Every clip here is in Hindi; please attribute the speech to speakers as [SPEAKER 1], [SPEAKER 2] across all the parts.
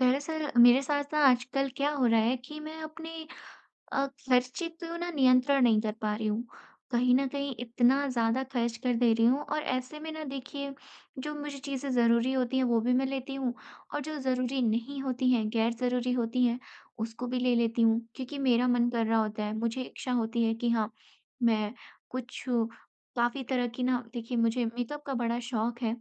[SPEAKER 1] दरअसल मेरे साथ ना आजकल क्या हो रहा है कि मैं अपने खर्चे को ना नियंत्रण नहीं कर पा रही हूँ। कहीं न कहीं इतना ज़्यादा खर्च कर दे रही हूँ और ऐसे में ना देखिए जो मुझे चीज़ें ज़रूरी होती हैं वो भी मैं लेती हूँ और जो ज़रूरी नहीं होती हैं, गैर ज़रूरी होती हैं, उसको भी ले लेती हूँ। क्योंकि मेरा मन कर रहा होता है, मुझे इच्छा होती है कि हाँ, मैं कुछ काफ़ी तरह की ना देखिए मुझे मेकअप का बड़ा शौक है।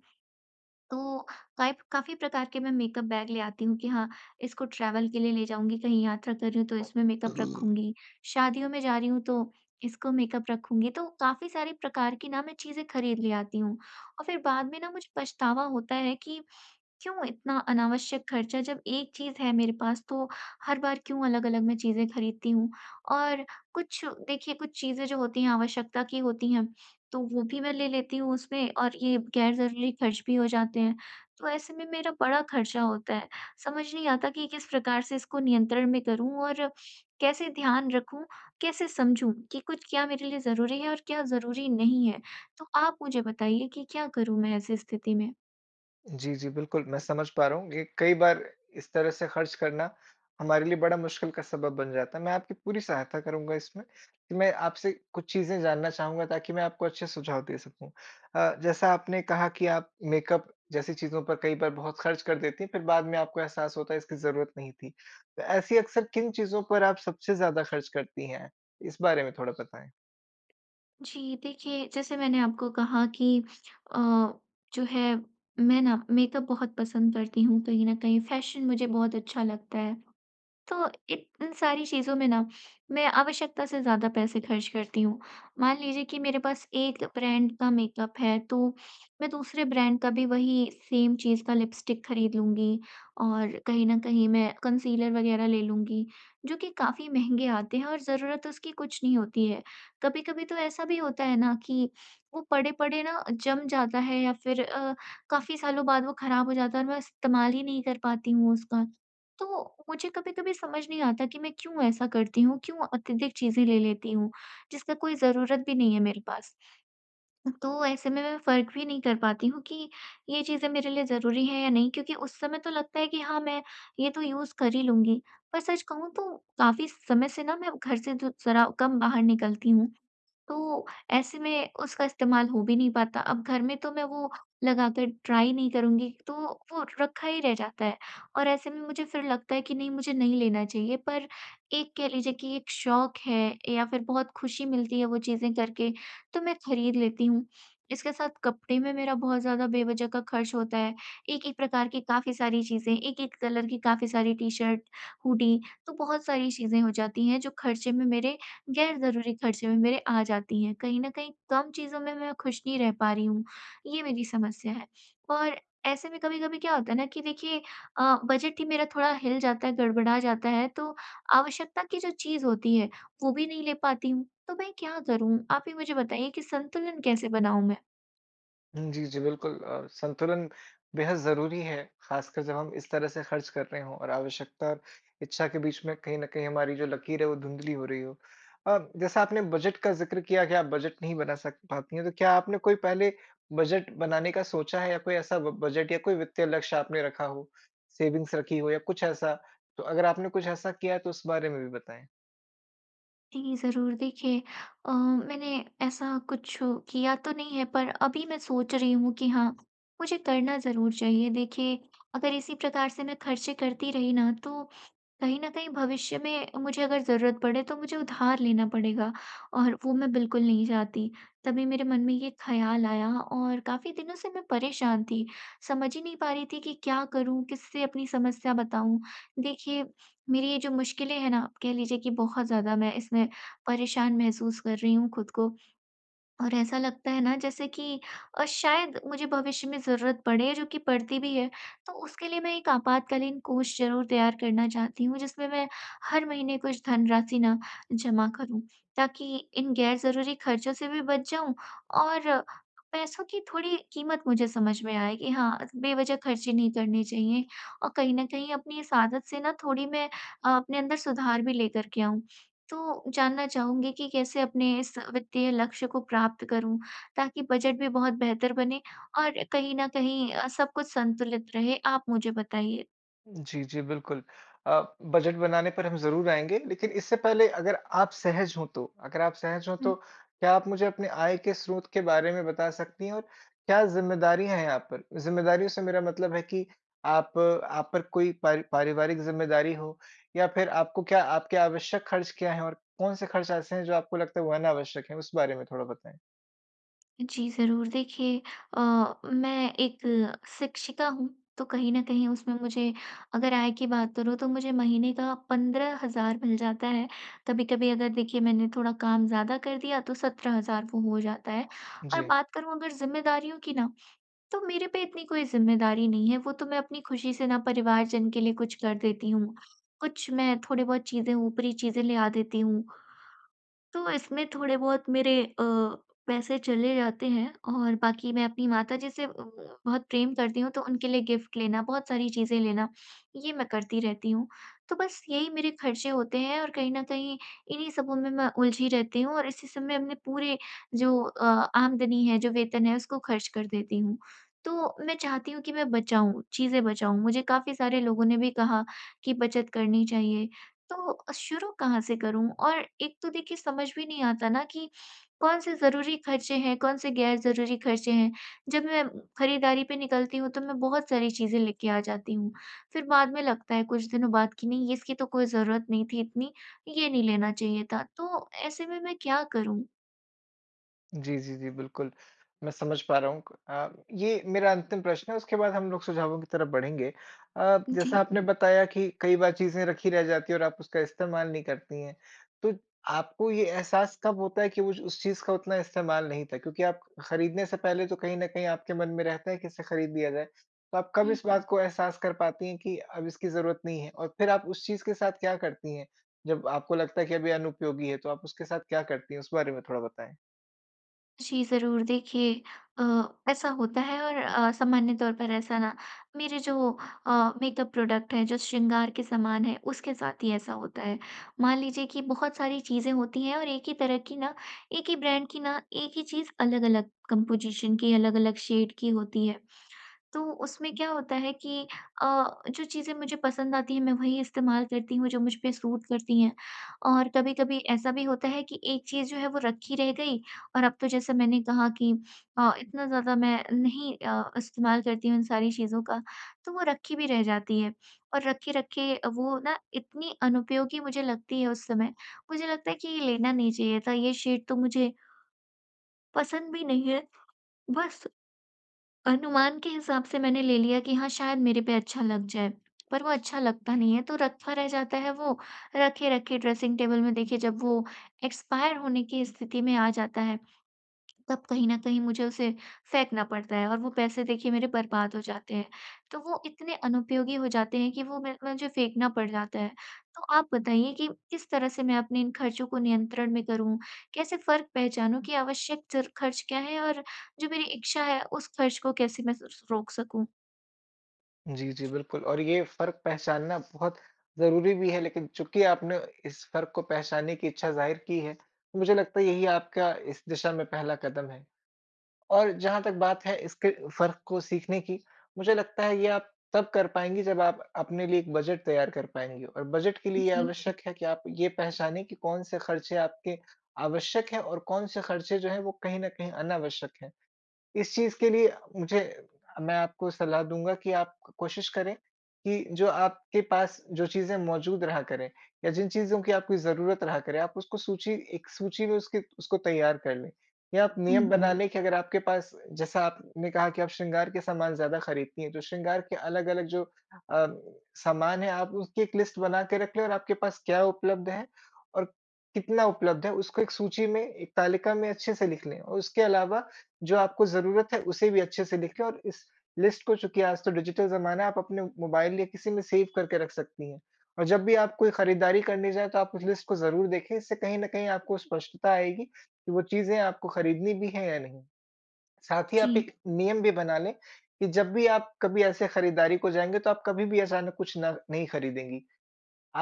[SPEAKER 1] तो काइ काफ़ी प्रकार के मैं मेकअप बैग ले आती हूँ कि हाँ, इसको ट्रैवल के लिए ले जाऊँगी, कहीं यात्रा कर रही हूँ तो इसमें मेकअप
[SPEAKER 2] जी,
[SPEAKER 1] रखूँगी, शादियों में जा रही हूँ तो इसको मेकअप रखूँगी। तो काफ़ी सारे प्रकार की ना मैं चीज़ें खरीद ले आती हूँ और फिर बाद में ना मुझे पछतावा होता है कि क्यों इतना अनावश्यक खर्चा, जब एक चीज़ है मेरे पास तो हर बार क्यों अलग-अलग मैं चीज़ें खरीदती हूँ। और कुछ देखिए, कुछ चीज़ें जो होती हैं आवश्यकता की होती हैं, तो वो भी मैं ले लेती हूँ उसमें और ये गैर ज़रूरी खर्च भी हो जाते हैं। तो ऐसे में मेरा बड़ा खर्चा होता है। समझ नहीं आता कि किस प्रकार से इसको नियंत्रण में करूँ और कैसे ध्यान रखूँ, कैसे समझूँ कि कुछ क्या मेरे लिए ज़रूरी है और क्या ज़रूरी नहीं है। तो आप मुझे बताइए कि क्या करूँ मैं ऐसी स्थिति में?
[SPEAKER 2] जी, बिल्कुल, मैं समझ पा रहा हूँ। ये कई बार इस तरह से खर्च करना हमारे लिए बड़ा मुश्किल का सबब बन जाता है। मैं आपकी पूरी सहायता करूँगा इसमें कि मैं आपसे कुछ चीज़ें जानना चाहूँगा, ताकि मैं आपको अच्छे सुझाव दे सकूँ। जैसा आपने कहा कि आप मेकअप जैसी चीज़ों पर कई बार बहुत खर्च कर देती हैं, फिर बाद में आपको एहसास होता है इसकी ज़रूरत नहीं थी। तो ऐसी अक्सर किन चीज़ों पर आप सबसे ज़्यादा खर्च करती हैं? इस बारे में थोड़ा बताएँ।
[SPEAKER 1] जी, देखिए, जैसे मैंने आपको कहा कि अ, जो है, मैं ना मेकअप बहुत पसंद करती हूँ, कहीं न कहीं फ़ैशन मुझे बहुत अच्छा लगता है। तो इत इन सारी चीज़ों में ना, मैं आवश्यकता से ज़्यादा पैसे खर्च करती हूँ। मान लीजिए कि मेरे पास एक ब्रांड का मेकअप है, तो मैं दूसरे ब्रांड का भी वही सेम चीज़ का लिपस्टिक खरीद लूँगी और कहीं न कहीं मैं कंसीलर वग़ैरह ले लूँगी, जो कि काफ़ी महँगे आते हैं और ज़रूरत उसकी कुछ नहीं होती है। कभी-कभी तो ऐसा भी होता है ना कि वो पड़े-पड़े ना जम जाता है या फिर काफ़ी सालों बाद वो ख़राब हो जाता है और मैं इस्तेमाल ही नहीं कर पाती हूँ उसका। तो मुझे कभी-कभी समझ नहीं आता कि मैं क्यों ऐसा करती हूँ, क्यों अत्यधिक चीज़ें ले लेती हूँ, जिसका कोई ज़रूरत भी नहीं है मेरे पास। तो ऐसे में मैं फ़र्क भी नहीं कर पाती हूँ कि ये चीज़ें मेरे लिए ज़रूरी हैं या नहीं, क्योंकि उस समय तो लगता है कि हाँ, मैं ये तो यूज़ कर ही लूँगी। पर सच कहूँ तो काफ़ी समय से ना मैं घर से ज ज़रा कम बाहर निकलती हूँ, तो ऐसे में उसका इस्तेमाल हो भी नहीं पाता। अब घर में तो मैं वो लगाकर ट्राई नहीं करूँगी, तो वो रखा ही रह जाता है और ऐसे में मुझे फिर लगता है कि नहीं, मुझे नहीं लेना चाहिए। पर एक कह लीजिए कि एक शौक है या फिर बहुत खुशी मिलती है वो चीज़ें करके, तो मैं खरीद लेती हूँ। इसके साथ कपड़े में मेरा बहुत ज़्यादा बेवजह का खर्च होता है। एक-एक प्रकार की काफ़ी सारी चीज़ें, एक-एक कलर की काफ़ी सारी टी-शर्ट, हुडी, तो बहुत सारी चीज़ें हो जाती हैं जो खर्चे में मेरे, गैर ज़रूरी खर्चे में मेरे आ जाती हैं। कहीं न कहीं कम चीज़ों में मैं खुश नहीं रह पा रही हूँ, ये मेरी समस्या है। और ऐसे में कभी-कभी क्या होता है ना कि देखिए, बजट ही मेरा थोड़ा हिल जाता है, गड़बड़ा जाता है, तो आवश्यकता की जो चीज़ होती है, वो भी नहीं ले पाती हूँ। तो मैं क्या करूँ? आप ही मुझे बताइए कि संतुलन कैसे बनाऊँ मैं?
[SPEAKER 2] जी, जी, बिल्कुल। संतुलन बेहद ज़रूरी है, ख़ासकर जब हम इस तरह से खर्च कर रहे हों और आवश्यकता और इच्छा के बीच में कहीं न कहीं हमारी जो लकीर है, वो धुंधली हो रही हो। जैसा आपने बजट का ज़िक्र किया कि आप बजट नहीं बना सक पाती हैं, तो क्या आपने कोई पहले बजट बनाने का सोचा है, या कोई ऐसा ब बजट या कोई वित्तीय लक्ष्य आपने रखा हो, सेविंग्स रखी हो या कुछ ऐसा? तो अगर आपने कुछ ऐसा किया है, तो उस बारे में भी बताएँ।
[SPEAKER 1] जी, ज़रूर। देखिए, मैंने ऐसा कुछ किया तो नहीं है, पर अभी मैं सोच रही हूँ कि हाँ, मुझे करना ज़रूर चाहिए। देखिए, अगर इसी प्रकार से मैं खर्चे करती रही ना तो कहीं न कहीं भविष्य में मुझे अगर ज़रूरत पड़े तो मुझे उधार लेना पड़ेगा और वो मैं बिल्कुल नहीं चाहती। तभी मेरे मन में ये ख़्याल आया और काफ़ी दिनों से मैं परेशान थी। समझ ही नहीं पा रही थी कि क्या करूँ? किससे अपनी समस्या बताऊँ? देखिए, मेरी ये जो मुश्किलें हैं ना, आप कह लीजिए कि बहुत ज़्यादा मैं इसमें परेशान महसूस कर रही हूँ खुद को। और ऐसा लगता है ना जैसे कि शायद मुझे भविष्य में ज़रूरत पड़े, जो कि पड़ती भी है, तो उसके लिए मैं एक आपातकालीन कोष ज़रूर तैयार करना चाहती हूँ, जिसमें मैं हर महीने कुछ धनराशि ना जमा करूँ, ताकि इन गैर ज़रूरी खर्चों से भी बच जाऊँ और पैसों की थोड़ी कीमत मुझे समझ में आए कि हाँ, बेवज़ह खर्चे नहीं करने चाहिए और कहीं न कहीं अपनी इस आदत से ना थोड़ी मैं अपने अंदर सुधार भी लेकर के आऊँ। तो जानना चाहूँगी कि कैसे अपने इस वित्तीय लक्ष्य को प्राप्त करूँ, ताकि बजट भी बहुत बेहतर बने और कहीं न कहीं सब कुछ संतुलित रहे? आप मुझे बताइए।
[SPEAKER 2] जी, जी, बिल्कुल। बजट बनाने पर हम ज़रूर आएँगे, लेकिन इससे पहले अगर आप सहज हों तो अगर आप सहज हों तो
[SPEAKER 1] हुँ।
[SPEAKER 2] क्या आप मुझे अपने आय के स्रोत के बारे में बता सकती हैं, और क्या ज़िम्मेदारियाँ हैं आप पर? ज़िम्मेदारियों से मेरा मतलब है कि आप आप पर कोई पारिवारिक ज़िम्मेदारी हो, या फिर आपको क्या आपके आवश्यक खर्च क्या हैं, और कौन से खर्च ऐसे हैं जो आपको लगता है वो अनावश्यक हैं? उस बारे में थोड़ा बताएँ?
[SPEAKER 1] जी, ज़रूर। देखिए, अ, मैं एक शिक्षिका हूँ, तो कहीं न कहीं उसमें मुझे, अगर आय की बात करूँ तो मुझे महीने का 15,000 मिल जाता है। कभी-कभी अगर देखिए मैंने थोड़ा काम ज़्यादा कर दिया तो 17,000 वो हो जाता है। और
[SPEAKER 2] जी।
[SPEAKER 1] बात करूँ अगर ज़िम्मेदारियों की ना, तो मेरे पे इतनी कोई ज़िम्मेदारी नहीं है, वो तो मैं अपनी खुशी से ना परिवारजन के लिए कुछ कर देती हूँ, कुछ मैं थोड़े बहुत चीज़ें, ऊपरी चीज़ें ले आ देती हूँ। तो इसमें थोड़े बहुत मेरे पैसे चले जाते हैं और बाकी मैं अपनी माताजी से बहुत प्रेम करती हूँ, तो उनके लिए गिफ्ट लेना, बहुत सारी चीज़ें लेना, ये मैं करती रहती हूँ। तो बस यही मेरे खर्चे होते हैं और कहीं न कहीं इन्हीं सबों में मैं उलझी रहती हूँ और इसी सब में अपने पूरे, जो आमदनी है, जो वेतन है, उसको खर्च कर देती हूँ। तो मैं चाहती हूँ कि मैं बचाऊँ, चीज़ें बचाऊँ। मुझे काफ़ी सारे लोगों ने भी कहा कि बचत करनी चाहिए। तो शुरू कहाँ से करूँ? और एक तो देखिए समझ भी नहीं आता ना कि कौन से ज़रूरी खर्चे हैं, कौन से गैर ज़रूरी खर्चे हैं। जब मैं खरीदारी पे निकलती हूँ तो मैं बहुत सारी चीज़ें लेके आ जाती हूँ। फिर बाद में लगता है कुछ दिनों बाद कि नहीं, इसकी तो कोई ज़रूरत नहीं थी इतनी, ये नहीं लेना चाहिए था। तो ऐसे में मैं क्या करूँ?
[SPEAKER 2] जी, जी, जी, बिल्कुल, मैं समझ पा रहा हूँ। अ, ये मेरा अंतिम प्रश्न है, उसके बाद हम लोग सुझावों की तरफ बढ़ेंगे।
[SPEAKER 1] जी।
[SPEAKER 2] जैसा आपने बताया कि कई बार चीज़ें रखी रह जाती हैं और आप उसका इस्तेमाल नहीं करती हैं, तो आपको ये एहसास कब होता है कि वो उस चीज़ का उतना इस्तेमाल नहीं था? क्योंकि आप खरीदने से पहले तो कहीं न कहीं आपके मन में रहता है कि इसे खरीद लिया जाए, तो आप कब इस बात को एहसास कर पाती हैं कि अब इसकी ज़रूरत नहीं है? और फिर आप उस चीज़ के साथ क्या करती हैं? जब आपको लगता है कि अब ये अनुपयोगी है, तो आप उसके साथ क्या करती हैं? उस बारे में थोड़ा बताएँ।
[SPEAKER 1] जी, ज़रूर। देखिए, अ, ऐसा होता है और सामान्य तौर पर ऐसा ना, मेरे जो मेकअप प्रोडक्ट हैं, जो श्रृंगार के सामान हैं, उसके साथ ही ऐसा होता है। मान लीजिए कि बहुत सारी चीज़ें होती हैं और एक ही तरह की ना, एक ही ब्रांड की ना, एक ही चीज़ अलग-अलग कंपोजीशन की, अलग-अलग शेड की होती है। तो उसमें क्या होता है कि जो चीज़ें मुझे पसंद आती हैं मैं वही इस्तेमाल करती हूँ, जो मुझ पे सूट करती हैं। और कभी-कभी ऐसा भी होता है कि एक चीज़ जो है वो रखी रह गई और अब तो, जैसे मैंने कहा कि इतना ज़्यादा मैं नहीं इस्तेमाल करती हूँ इन सारी चीज़ों का, तो वो रखी भी रह जाती है। और रखे-रखे वो ना इतनी अनुपयोगी मुझे लगती है उस समय, मुझे लगता है कि ये लेना नहीं चाहिए था, ये शेड तो मुझे पसंद भी नहीं है, बस अनुमान के हिसाब से मैंने ले लिया कि हाँ, शायद मेरे पे अच्छा लग जाए, पर वो अच्छा लगता नहीं है, तो रखा रह जाता है वो, रखे-रखे ड्रेसिंग टेबल में। देखिए, जब वो एक्सपायर होने की स्थिति में आ जाता है, तब कहीं न कहीं मुझे उसे फेंकना पड़ता है और वो पैसे देखिए मेरे बर्बाद हो जाते हैं। तो वो इतने अनुपयोगी हो जाते हैं कि वो मे मुझे फेंकना पड़ जाता है। तो आप बताइए कि किस तरह से मैं अपने इन खर्चों को नियंत्रण में करूँ? कैसे फ़र्क पहचानूँ कि आवश्यक ज़र खर्च क्या है और जो मेरी इच्छा है उस खर्च को कैसे मैं स रोक सकूँ?
[SPEAKER 2] जी, जी, बिल्कुल। और ये फ़र्क पहचानना बहुत ज़रूरी भी है, लेकिन चूँकि आपने इस फ़र्क को पहचानने की इच्छा ज़ाहिर की है, तो मुझे लगता है यही आपका इस दिशा में पहला कदम है। और जहाँ तक बात है इसके फ़र्क को सीखने की, मुझे लगता है ये आप तब कर पाएँगी जब आप अपने लिए एक बजट तैयार कर पाएँगी। और बजट के लिए ये
[SPEAKER 1] जी।
[SPEAKER 2] आवश्यक है कि आप ये पहचानें कि कौन से खर्चे आपके आवश्यक हैं, और कौन से खर्चे जो हैं वो कहीं न कहीं अनावश्यक हैं। इस चीज़ के लिए मुझे मैं आपको सलाह दूँगा कि आप कोशिश करें कि जो आपके पास जो चीज़ें मौजूद रहा करें, या जिन चीज़ों की आपकी ज़रूरत रहा करे, आप उसको सूची एक सूची में उसकी उसको तैयार कर लें। या आप नियम
[SPEAKER 1] हुँ।
[SPEAKER 2] बना हुँ। लें कि अगर आपके पास, जैसा आपने कहा कि आप श्रृंगार के सामान ज़्यादा खरीदती हैं, तो श्रृंगार के अलग-अलग जो अ, सामान है, आप उसकी एक लिस्ट बना के रख लें, और आपके पास क्या उपलब्ध है और कितना उपलब्ध है, उसको एक सूची में, एक तालिका में अच्छे से लिख लें, और उसके अलावा जो आपको ज़रूरत है, उसे भी अच्छे से लिख लें। और इस लिस्ट को, चूँकि आज तो डिजिटल ज़माना है, आप अपने मोबाइल या किसी में सेव करके रख सकती हैं। और जब भी आप कोई खरीदारी करने जाएँ, तो आप उस लिस्ट को ज़रूर देखें, इससे कहीं न कहीं आपको स्पष्टता आएगी कि वो चीज़ें आपको खरीदनी भी हैं या नहीं। साथ ही
[SPEAKER 1] जी।
[SPEAKER 2] आप एक नियम भी बना लें कि जब भी आप कभी ऐसे खरीदारी को जाएँगे, तो आप कभी भी अचानक कुछ नहीं खरीदेंगी।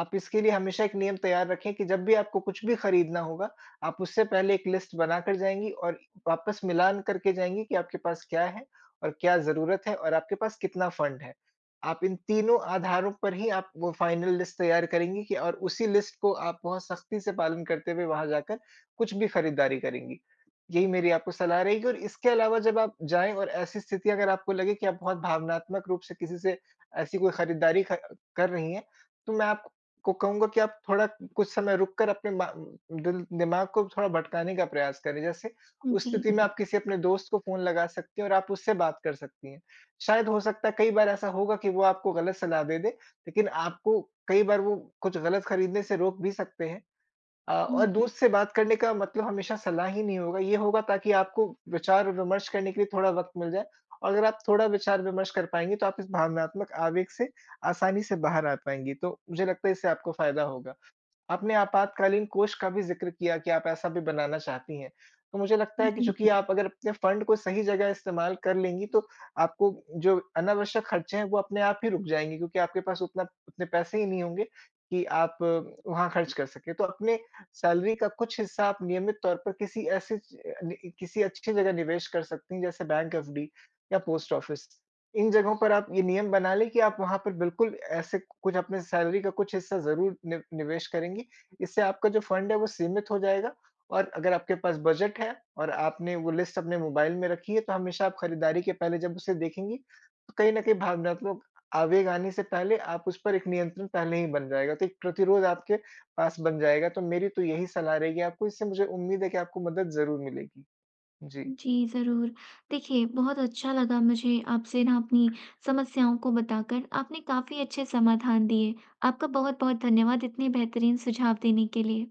[SPEAKER 2] आप इसके लिए हमेशा एक नियम तैयार रखें कि जब भी आपको कुछ भी खरीदना होगा, आप उससे पहले एक लिस्ट बनाकर जाएँगी, और वापस मिलान करके जाएँगी कि आपके पास क्या है और क्या ज़रूरत है और आपके पास कितना फंड है। आप इन तीनों आधारों पर ही आप वो फाइनल लिस्ट तैयार करेंगी कि और उसी लिस्ट को आप बहुत सख्ती से पालन करते हुए वहाँ जाकर कुछ भी खरीदारी करेंगी। यही मेरी आपको सलाह रहेगी, और इसके अलावा जब आप जाएँ और ऐसी स्थिति अगर आपको लगे कि आप बहुत भावनात्मक रूप से किसी से ऐसी कोई खरीदारी ख कर रही हैं, तो मैं आपको को कहूँगा कि आप थोड़ा कुछ समय रुक कर अपने मा दिल दिमाग को थोड़ा भटकाने का प्रयास करें। जैसे उस
[SPEAKER 1] जी।
[SPEAKER 2] स्थिति में जी। आप किसी अपने दोस्त को फ़ोन लगा सकती हैं और आप उससे बात कर सकती हैं। शायद हो सकता है कई बार ऐसा होगा कि वो आपको गलत सलाह दे दे, लेकिन आपको कई बार वो कुछ गलत खरीदने से रोक भी सकते हैं। और
[SPEAKER 1] हुँ।
[SPEAKER 2] दोस्त से बात करने का मतलब हमेशा सलाह ही नहीं होगा, ये होगा ताकि आपको विचार-विमर्श करने के लिए थोड़ा वक़्त मिल जाए, और अगर आप थोड़ा विचार-विमर्श कर पाएँगे, तो आप इस भावनात्मक आवेग से आसानी से बाहर आ पाएँगी। तो मुझे लगता है इससे आपको फ़ायदा होगा। आपने आपातकालीन कोष का भी ज़िक्र किया कि आप ऐसा भी बनाना चाहती हैं। तो मुझे लगता है कि
[SPEAKER 1] जी।
[SPEAKER 2] चूँकि जी। आप अगर अपने फंड को सही जगह इस्तेमाल कर लेंगी, तो आपको जो अनावश्यक खर्चे हैं, वो अपने आप ही रुक जाएँगे, क्योंकि आपके पास उतना उतने पैसे ही नहीं होंगे कि आप वहाँ खर्च कर सकें। तो अपने सैलरी का कुछ हिस्सा आप नियमित तौर पर किसी ऐसी च नि किसी अच्छी जगह निवेश कर सकती हैं, जैसे बैंक एफडी या पोस्ट ऑफिस। इन जगहों पर आप ये नियम बना लें कि आप वहाँ पर बिल्कुल ऐसे कुछ अपने सैलरी का कुछ हिस्सा ज़रूर नि निवेश करेंगी। इससे आपका जो फंड है वो सीमित हो जाएगा, और अगर आपके पास बजट है और आपने वो लिस्ट अपने मोबाइल में रखी है, तो हमेशा आप खरीदारी के पहले जब उसे देखेंगी, तो कहीं न कहीं भावनात्मक आवेग आने से पहले आप उस पर एक नियंत्रण पहले ही बन जाएगा, तो एक प्रतिरोध आपके पास बन जाएगा। तो मेरी तो यही सलाह रहेगी आपको, इससे मुझे उम्मीद है कि आपको मदद ज़रूर मिलेगी। जी।
[SPEAKER 1] जी, ज़रूर। देखिए, बहुत अच्छा लगा मुझे आपसे ना अपनी समस्याओं को बताकर। आपने काफ़ी अच्छे समाधान दिए। आपका बहुत-बहुत धन्यवाद इतने बेहतरीन सुझाव देने के लिए।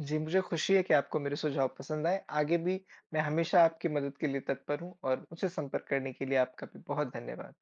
[SPEAKER 2] जी, मुझे खुशी है कि आपको मेरे सुझाव पसंद आए। आगे भी मैं हमेशा आपकी मदद के लिए तत्पर हूँ, और मुझसे संपर्क करने के लिए आपका भी बहुत धन्यवाद।